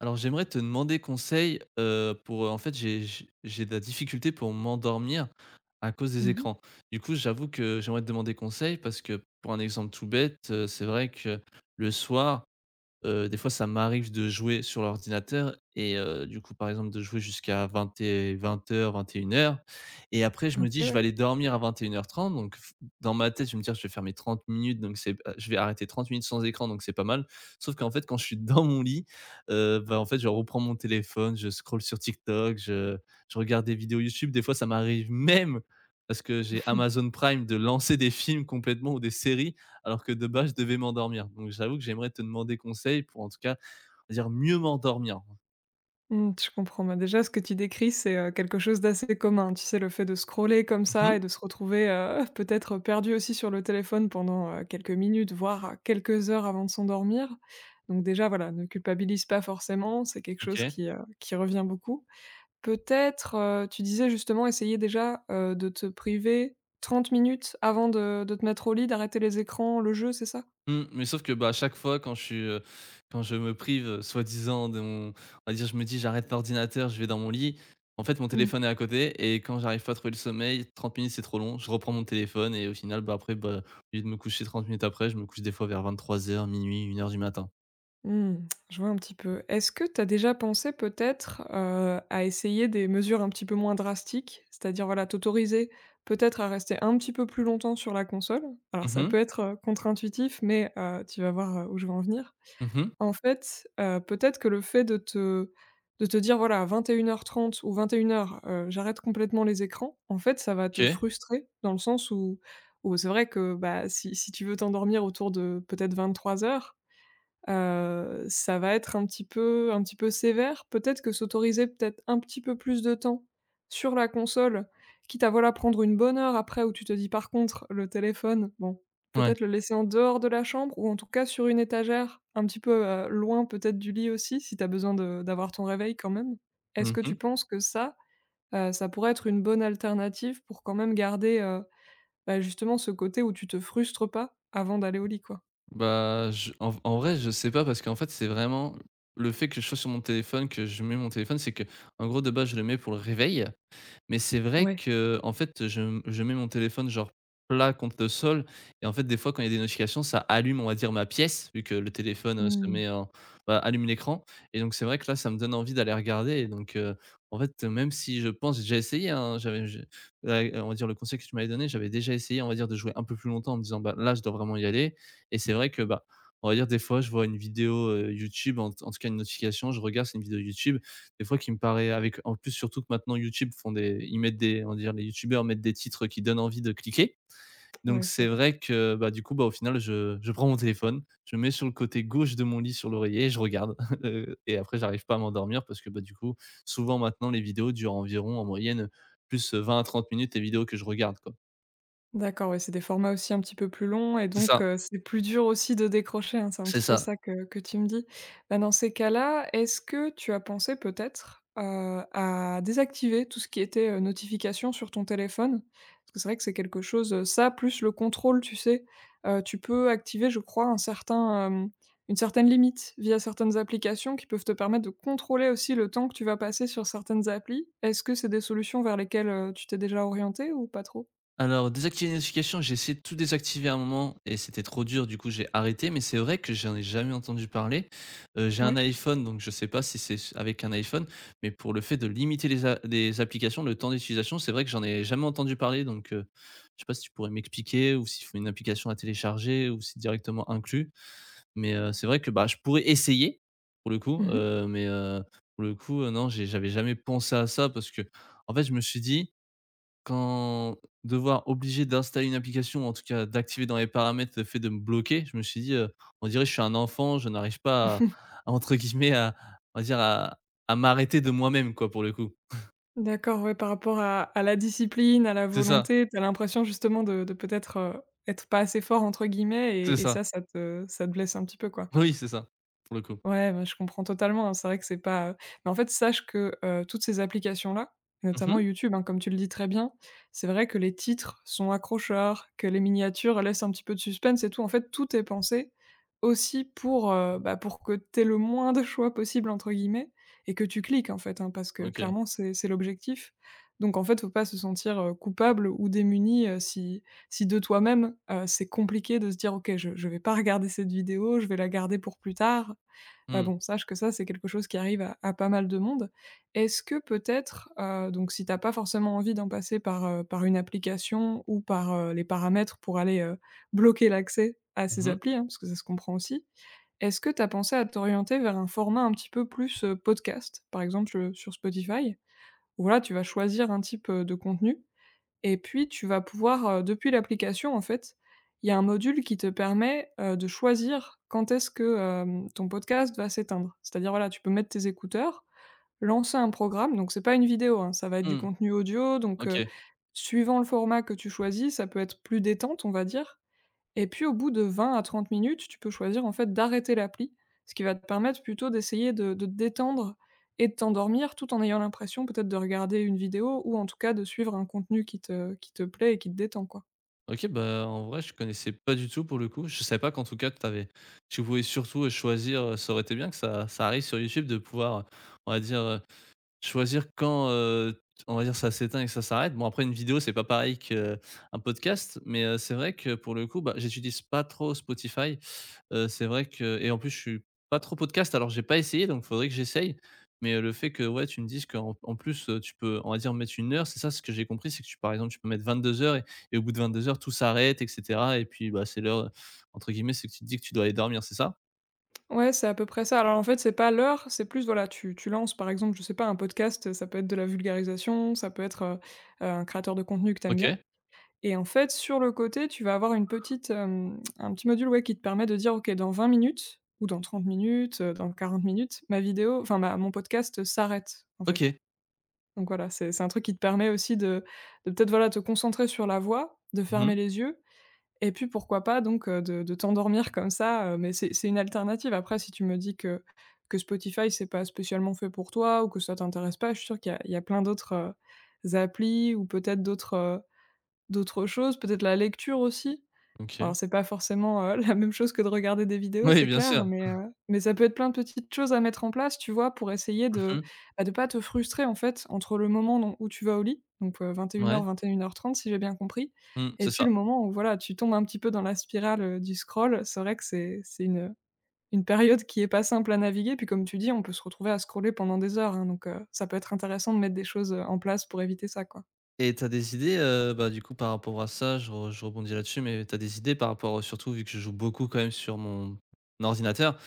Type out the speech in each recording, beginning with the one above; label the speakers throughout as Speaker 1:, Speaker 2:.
Speaker 1: Alors j'aimerais te demander conseil, pour, en fait, j'ai de la difficulté pour m'endormir à cause
Speaker 2: Mmh
Speaker 1: des
Speaker 2: mh.
Speaker 1: écrans. Du coup, j'avoue que j'aimerais te demander conseil parce que pour un exemple tout bête, c'est vrai que le soir. Des fois, ça m'arrive de jouer sur l'ordinateur et du coup, par exemple, de jouer jusqu'à 20 et 20:00-21:00 et une heures. Et après je me
Speaker 2: OK,
Speaker 1: dis: «Je vais
Speaker 2: ouais.
Speaker 1: aller dormir à 21:30», donc f dans ma tête, je vais me dire: «Je vais faire mes 30 minutes, donc c'est bah, je vais arrêter 30 minutes sans écran, donc c'est pas mal». Sauf qu'en fait, quand je suis dans mon lit, bah, en fait, je reprends mon téléphone, je scrolle sur TikTok, je regarde des vidéos YouTube. Des fois, ça m'arrive même, parce que j'ai Amazon Prime, de lancer des films complètement ou des séries alors que de base, je devais m'endormir. Donc j'avoue que j'aimerais te demander conseil pour en tout cas, on va dire mieux m'endormir.
Speaker 2: Mmh, je comprends. Bah, déjà, ce que tu décris, c'est, quelque chose d'assez commun. Tu sais, le fait de scroller comme ça
Speaker 1: Mmh.
Speaker 2: et de se retrouver, peut-être perdu aussi sur le téléphone pendant, quelques minutes, voire quelques heures avant de s'endormir. Donc déjà, voilà, ne culpabilise pas forcément, c'est quelque chose
Speaker 1: OK.
Speaker 2: qui revient beaucoup. Peut-être, tu disais justement essayer déjà, de te priver 30 minutes avant de te mettre au lit, d'arrêter les écrans, le jeu, c'est ça?
Speaker 1: Mmh, mais sauf que, bah, à chaque fois quand je suis, quand je me prive, soi-disant de mon on va dire, je me dis: «J'arrête l'ordinateur, je vais dans mon lit». En fait, mon
Speaker 2: Mmh.
Speaker 1: téléphone est à côté et quand j'arrive pas à trouver le sommeil, 30 minutes, c'est trop long. Je reprends mon téléphone et au final, bah, après, bah, au lieu de me coucher 30 minutes après, je me couche des fois vers 23:00, 00:00, 01:00 du matin.
Speaker 2: Mmh, je vois un petit peu. Est-ce que tu as déjà pensé peut-être, à essayer des mesures un petit peu moins drastiques? C'est-à-dire, voilà, t'autoriser peut-être à rester un petit peu plus longtemps sur la console. Alors
Speaker 1: Mmh
Speaker 2: ça
Speaker 1: mh.
Speaker 2: peut être, contre-intuitif, mais tu vas voir, où je veux en venir.
Speaker 1: Mmh.
Speaker 2: En fait, peut-être que le fait de te dire: «Voilà, à 21:30 ou 21:00, j'arrête complètement les écrans», en fait, ça va te
Speaker 1: OK.
Speaker 2: frustrer dans le sens où c'est vrai que, bah, si tu veux t'endormir autour de peut-être 23:00, ça va être un petit peu sévère. Peut-être que s'autoriser peut-être un petit peu plus de temps sur la console, quitte à, voilà, prendre une bonne heure après où tu te dis: «Par contre, le téléphone, bon,
Speaker 1: Ouais.
Speaker 2: peut-être le laisser en dehors de la chambre ou en tout cas sur une étagère, un petit peu, loin peut-être du lit aussi», si tu as besoin de d'avoir ton réveil quand même. Est-ce que tu
Speaker 1: Mmh.
Speaker 2: penses que ça, ça pourrait être une bonne alternative pour quand même garder, bah, justement ce côté où tu te frustres pas avant d'aller au lit, quoi?
Speaker 1: Bah, je en en vrai, je sais pas parce qu'en fait, c'est vraiment le fait que je sois sur mon téléphone, que je mets mon téléphone, c'est que en gros, de base, je le mets pour le réveil. Mais c'est vrai
Speaker 2: Ouais.
Speaker 1: que en fait, je mets mon téléphone, genre, plat contre le sol et en fait, des fois, quand il y a des notifications, ça allume, on va dire, ma pièce, vu que le téléphone, se
Speaker 2: Mmh.
Speaker 1: met en bah, allume l'écran et donc c'est vrai que là, ça me donne envie d'aller regarder et donc en fait, même si je pense j'ai déjà essayé, hein, j'avais je ouais, on va dire, le conseil que tu m'avais donné, j'avais déjà essayé, on va dire, de jouer un peu plus longtemps en me disant: «Bah, là, je dois vraiment y aller» et c'est vrai que, bah, on va dire, des fois, je vois une vidéo, YouTube, en tout cas, une notification, je regarde, c'est une vidéo YouTube des fois qui me paraît avec en plus surtout que maintenant YouTube font des ils mettent des on va dire les youtubeurs mettent des titres qui donnent envie de cliquer. Donc
Speaker 2: Ouais, c'est
Speaker 1: c'est
Speaker 2: vrai.
Speaker 1: vrai que, bah, du coup, bah, au final je prends mon téléphone, je le mets sur le côté gauche de mon lit sur l'oreiller et je regarde, et après j'arrive pas à m'endormir parce que, bah, du coup, souvent maintenant les vidéos durent environ en moyenne, plus 20 à 30 minutes les vidéos que je regarde, quoi.
Speaker 2: D'accord, ouais, c'est des formats aussi un petit peu plus longs et
Speaker 1: C'est
Speaker 2: donc
Speaker 1: ça,
Speaker 2: c'est plus dur aussi de décrocher, hein, c'est un
Speaker 1: c'est
Speaker 2: petit peu
Speaker 1: ça.
Speaker 2: ça que tu me dis. Bah, dans ces cas-là, est-ce que tu as pensé peut-être, à désactiver tout ce qui était, notification sur ton téléphone? Parce que c'est vrai que c'est quelque chose, ça plus le contrôle, tu sais? Tu peux activer, je crois, un certain, une certaine limite via certaines applications qui peuvent te permettre de contrôler aussi le temps que tu vas passer sur certaines applis. Est-ce que c'est des solutions vers lesquelles, tu t'es déjà orienté ou pas trop?
Speaker 1: Alors, désactiver les notifications, j'ai essayé de tout désactiver à un moment et c'était trop dur, du coup j'ai arrêté, mais c'est vrai que j'en ai jamais entendu parler. J'ai un
Speaker 2: Ouais.
Speaker 1: iPhone, donc je sais pas si c'est avec un iPhone, mais pour le fait de limiter les applications, le temps d'utilisation, c'est vrai que j'en ai jamais entendu parler, donc je sais pas si tu pourrais m'expliquer ou s'il faut une application à télécharger ou si c'est directement inclus, mais c'est vrai que, bah, je pourrais essayer, pour le coup,
Speaker 2: Mmh.
Speaker 1: mais pour le coup, non, j'avais jamais pensé à ça parce que en fait, je me suis dit: quand devoir obligé d'installer une application, en tout cas d'activer dans les paramètres le fait de me bloquer, je me suis dit: «On dirait que je suis un enfant, je n'arrive pas à entre guillemets à on va dire à m'arrêter de moi-même quoi» pour le coup.
Speaker 2: D'accord, ouais, par rapport à la discipline, à la
Speaker 1: C'est ça,
Speaker 2: volonté, t'as l'impression justement de peut-être, être «pas assez fort» entre guillemets
Speaker 1: c'est
Speaker 2: et
Speaker 1: ça.
Speaker 2: ça, ça te ça te blesse un petit peu, quoi?
Speaker 1: Oui, c'est ça, pour le coup.
Speaker 2: Ouais, bah, je comprends totalement, hein. C'est vrai que c'est pas, mais en fait, sache que, toutes ces applications-là, notamment
Speaker 1: Mmh.
Speaker 2: YouTube, hein, comme tu le dis très bien, c'est vrai que les titres sont accrocheurs, que les miniatures laissent un petit peu de suspense et tout. En fait, tout est pensé aussi pour, bah, pour que tu aies le moins de choix possible, entre guillemets et que tu cliques, en fait, hein, parce que
Speaker 1: OK.
Speaker 2: clairement, c'est l'objectif. Donc en fait, faut pas se sentir, coupable ou démuni, si de toi-même, c'est compliqué de se dire: «OK, je vais pas regarder cette vidéo, je vais la garder pour plus tard».
Speaker 1: Mmh.
Speaker 2: Bon, sache que ça, c'est quelque chose qui arrive à pas mal de monde. Est-ce que peut-être, donc si t'as pas forcément envie d'en passer par, par une application ou par, les paramètres pour aller, bloquer l'accès à
Speaker 1: Mmh
Speaker 2: ces
Speaker 1: mh.
Speaker 2: applis, hein, parce que ça se comprend aussi. Est-ce que t'as pensé à t'orienter vers un format un petit peu plus, podcast, par exemple, sur Spotify? Où là, tu vas choisir un type, de contenu et puis tu vas pouvoir, depuis l'application, en fait, il y a un module qui te permet, de choisir quand est-ce que, ton podcast va s'éteindre. C'est-à-dire, voilà, tu peux mettre tes écouteurs, lancer un programme, donc c'est pas une vidéo, hein, ça va être du
Speaker 1: Mmh.
Speaker 2: contenu audio, donc
Speaker 1: OK.
Speaker 2: suivant le format que tu choisis, ça peut être plus détente, on va dire. Et puis au bout de 20 à 30 minutes, tu peux choisir en fait d'arrêter l'appli, ce qui va te permettre plutôt d'essayer de te détendre et de t'endormir tout en ayant l'impression peut-être de regarder une vidéo ou en tout cas de suivre un contenu qui te plaît et qui te détend, quoi.
Speaker 1: OK, bah, en vrai je connaissais pas du tout pour le coup. Je savais pas qu'en tout cas tu pouvais surtout, choisir, ça aurait été bien que ça arrive sur YouTube de pouvoir, on va dire, choisir quand, on va dire ça s'éteint et que ça s'arrête. Bon après une vidéo c'est pas pareil qu'un podcast, mais, c'est vrai que pour le coup, bah, j'utilise pas trop Spotify. C'est vrai que et en plus, je suis pas trop podcast, alors j'ai pas essayé, donc faudrait que j'essaye. Mais, le fait que, ouais, tu me dises qu'en plus, tu peux, on va dire, mettre une heure, c'est ça ce que j'ai compris, c'est que tu par exemple, tu peux mettre 22:00 et au bout de 22h tout s'arrête et cetera et puis, bah, c'est l'heure, entre guillemets, c'est que tu te dis que tu dois aller dormir, c'est ça?
Speaker 2: Ouais, c'est à peu près ça. Alors en fait, c'est pas l'heure, c'est plus voilà, tu lances par exemple, je sais pas, un podcast, ça peut être de la vulgarisation, ça peut être, un créateur de contenu que t'aimes bien.
Speaker 1: OK.
Speaker 2: Et en fait, sur le côté, tu vas avoir une petite, un petit module, ouais, qui te permet de dire: «OK, dans 20 minutes ou dans 30 minutes, dans 40 minutes, ma vidéo enfin ma mon podcast, s'arrête», en fait.
Speaker 1: OK.
Speaker 2: Donc voilà, c'est un truc qui te permet aussi de peut-être, voilà, te concentrer sur la voix, de
Speaker 1: Mmh.
Speaker 2: fermer les yeux et puis pourquoi pas donc, de t'endormir comme ça, mais c'est une alternative. Après si tu me dis que Spotify, c'est pas spécialement fait pour toi ou que ça t'intéresse pas, je suis sûre qu'il y a plein d'autres, applis ou peut-être d'autres choses, peut-être la lecture aussi.
Speaker 1: OK.
Speaker 2: Alors c'est pas forcément, la même chose que de regarder des vidéos,
Speaker 1: Oui,
Speaker 2: c'est
Speaker 1: bien sûr.
Speaker 2: clair, mais ça peut être plein de petites choses à mettre en place, tu vois? Pour essayer de,
Speaker 1: Mmh.
Speaker 2: bah, de pas te frustrer, en fait, entre le moment dont où tu vas au lit, donc vingt et heures
Speaker 1: Ouais.
Speaker 2: heu, heures trente si j'ai bien compris,
Speaker 1: Mmh, c'est
Speaker 2: et puis
Speaker 1: ça.
Speaker 2: le moment où, voilà, tu tombes un petit peu dans la spirale, du scroll. C'est vrai que c'est une période qui est pas simple à naviguer, puis comme tu dis, on peut se retrouver à scroller pendant des heures, hein, donc ça peut être intéressant de mettre des choses, en place pour éviter ça, quoi.
Speaker 1: Et t'as des idées, bah, du coup, par rapport à ça, je rebondis là-dessus, mais t'as des idées par rapport, surtout vu que je joue beaucoup quand même sur mon ordinateur,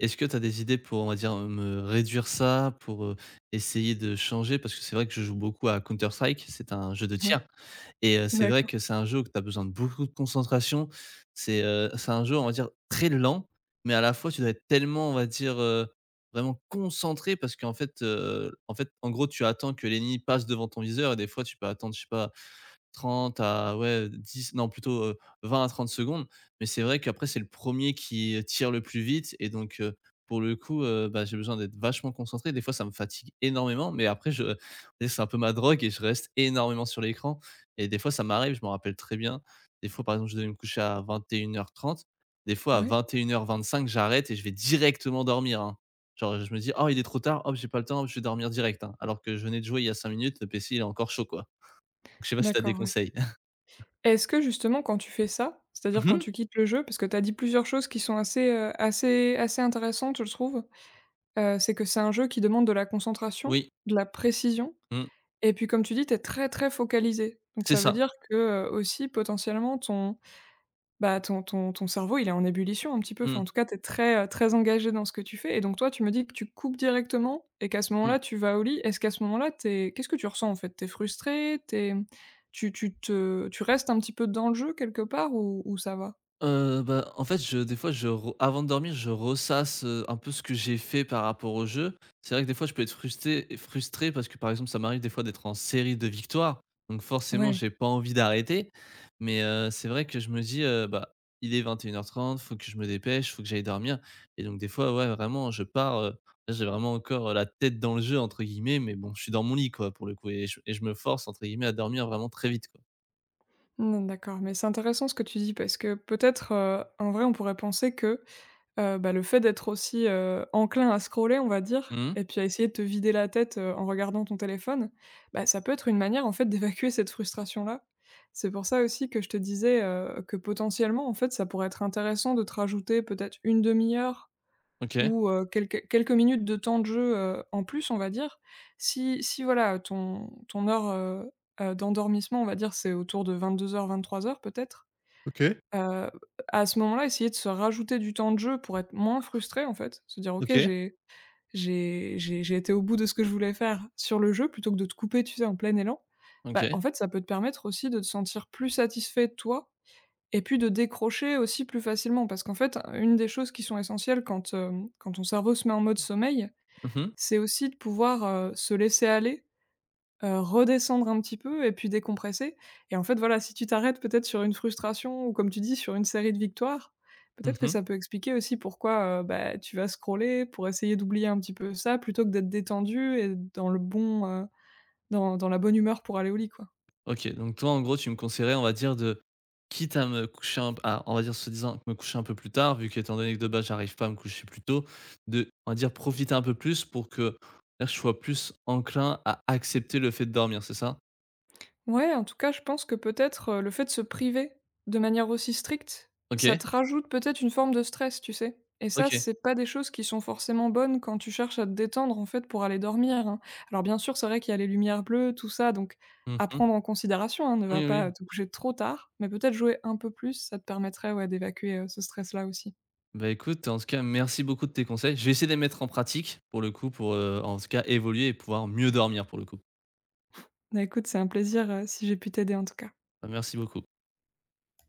Speaker 1: est-ce que tu as des idées pour, on va dire, me réduire ça, pour, essayer de changer? Parce que c'est vrai que je joue beaucoup à Counter Strike, c'est un jeu de
Speaker 2: Ouais.
Speaker 1: tir et c'est vrai
Speaker 2: D'accord.
Speaker 1: que c'est un jeu où tu as besoin de beaucoup de concentration. C'est un jeu, on va dire, très lent, mais à la fois, tu dois être tellement, on va dire, vraiment concentré parce qu'en fait, en gros, tu attends que l'ennemi passe devant ton viseur et des fois, tu peux attendre, je sais pas, 30 à ouais 10 non plutôt, 20 à trente secondes. Mais c'est vrai qu'après c'est le premier qui, tire le plus vite et donc, pour le coup, bah, j'ai besoin d'être vachement concentré. Des fois ça me fatigue énormément, mais après je c'est un peu ma drogue et je reste énormément sur l'écran et des fois ça m'arrive, je m'en rappelle très bien. Des fois, par exemple, je devais me coucher à 21h30. Des fois à
Speaker 2: Ouais.
Speaker 1: vingt et une heures cinq j'arrête et je vais directement dormir, hein. Genre je me dis: «Oh il est trop tard, hop j'ai pas le temps, hop je vais dormir direct, hein». Alors que je venais de jouer il y a 5 minutes, le PC il est encore chaud, quoi. Donc je sais pas si tu as des
Speaker 2: D'accord, ouais.
Speaker 1: conseils?
Speaker 2: Est-ce que justement quand tu fais ça, c'est-à-dire
Speaker 1: Mmh
Speaker 2: quand
Speaker 1: mh.
Speaker 2: tu quittes le jeu, parce que tu as dit plusieurs choses qui sont assez, assez intéressantes je trouve, c'est que c'est un jeu qui demande de la concentration,
Speaker 1: Oui,
Speaker 2: de la précision
Speaker 1: mmh,
Speaker 2: et puis comme tu dis, tu es très, très focalisé. Donc
Speaker 1: c'est
Speaker 2: ça veut
Speaker 1: ça.
Speaker 2: dire que, aussi potentiellement ton bah, ton ton ton cerveau, il est en ébullition un petit peu. Enfin,
Speaker 1: Mmh,
Speaker 2: en tout cas, tu es très, très engagé dans ce que tu fais et donc toi, tu me dis que tu coupes directement et qu'à ce
Speaker 1: mmh.
Speaker 2: moment-là, tu vas au lit. Est-ce qu'à ce moment-là, t'es qu'est-ce que tu ressens, en fait? T'es frustré? T'es tu tu te tu restes un petit peu dans le jeu quelque part ou ça va?
Speaker 1: Bah, en fait, je des fois, je re avant de dormir, je ressasse, un peu ce que j'ai fait par rapport au jeu. C'est vrai que des fois, je peux être frusté frustré parce que, par exemple, ça m'arrive des fois d'être en série de victoires, donc forcément,
Speaker 2: Ouais,
Speaker 1: j'ai pas envie d'arrêter, mais c'est vrai que je me dis: «Bah, il est 21h30, faut que je me dépêche, faut que j'aille dormir» et donc des fois, ouais, vraiment, je pars, là, j'ai vraiment encore, la «tête dans le jeu» entre guillemets, mais bon, je suis dans mon lit, quoi, pour le coup et je me force, entre guillemets, à dormir vraiment très vite, quoi.
Speaker 2: mmh, d'accord, mais c'est intéressant ce que tu dis parce que peut-être, en vrai, on pourrait penser que bah, le fait d'être aussi, enclin à scroller, on va
Speaker 1: Mmh
Speaker 2: dire
Speaker 1: mh.
Speaker 2: et puis à essayer de te vider la tête, en regardant ton téléphone, bah, ça peut être une manière, en fait, d'évacuer cette frustration-là. C'est pour ça aussi que je te disais, que potentiellement, en fait, ça pourrait être intéressant de te rajouter peut-être une demi heure
Speaker 1: OK.
Speaker 2: ou quelques minutes de temps de jeu, en plus, on va dire. Si voilà, ton heure, d'endormissement, on va dire, c'est autour de 22:00-23:00 peut-être.
Speaker 1: OK.
Speaker 2: Heu, à ce moment-là, essayer de se rajouter du temps de jeu pour être moins frustré, en fait. Se dire: «OK,
Speaker 1: OK.
Speaker 2: j'ai été au bout de ce que je voulais faire sur le jeu», plutôt que de te couper, tu sais, en plein élan. Bah, en
Speaker 1: OK.
Speaker 2: fait, ça peut te permettre aussi de te sentir plus satisfait de toi et puis de décrocher aussi plus facilement. Parce qu'en fait, une des choses qui sont essentielles quand ton cerveau se met en mode sommeil,
Speaker 1: Mmh mh.
Speaker 2: c'est aussi de pouvoir, se laisser aller. Redescendre un petit peu et puis décompresser et en fait, voilà, si tu t'arrêtes peut-être sur une frustration ou comme tu dis, sur une série de victoires, peut-être que
Speaker 1: Mmh.
Speaker 2: ça peut expliquer aussi pourquoi, bah, tu vas scroller pour essayer d'oublier un petit peu ça, plutôt que d'être détendu et dans la bonne humeur pour aller au lit, quoi.
Speaker 1: OK, donc toi, en gros, tu me conseillerais, on va dire, de quitte à me coucher un à on va dire, se disant me coucher un peu plus tard, vu qu'étant donné que de base, j'arrive pas à me coucher plus tôt, de, on va dire, profiter un peu plus pour que là, je sois plus enclin à accepter le fait de dormir, c'est ça?
Speaker 2: Ouais, en tout cas, je pense que peut-être, le fait de se priver de manière aussi stricte, ça
Speaker 1: OK.
Speaker 2: te rajoute peut-être une forme de stress, tu sais? Et ça,
Speaker 1: OK.
Speaker 2: c'est pas des choses qui sont forcément bonnes quand tu cherches à te détendre, en fait, pour aller dormir, hein. Alors bien sûr, c'est vrai qu'il y a les lumières bleues, tout ça, donc à
Speaker 1: Mmh.
Speaker 2: prendre en considération, hein, ne va
Speaker 1: Oui, oui.
Speaker 2: pas, te coucher trop tard, mais peut-être jouer un peu plus, ça te permettrait, ouais, d'évacuer, ce stress-là aussi.
Speaker 1: Bah, écoute, en tout cas, merci beaucoup de tes conseils. Je vais essayer de les mettre en pratique, pour le coup, pour, en tout cas, évoluer et pouvoir mieux dormir, pour le coup.
Speaker 2: Bah, écoute, c'est un plaisir, si j'ai pu t'aider, en tout cas.
Speaker 1: Bah, merci beaucoup.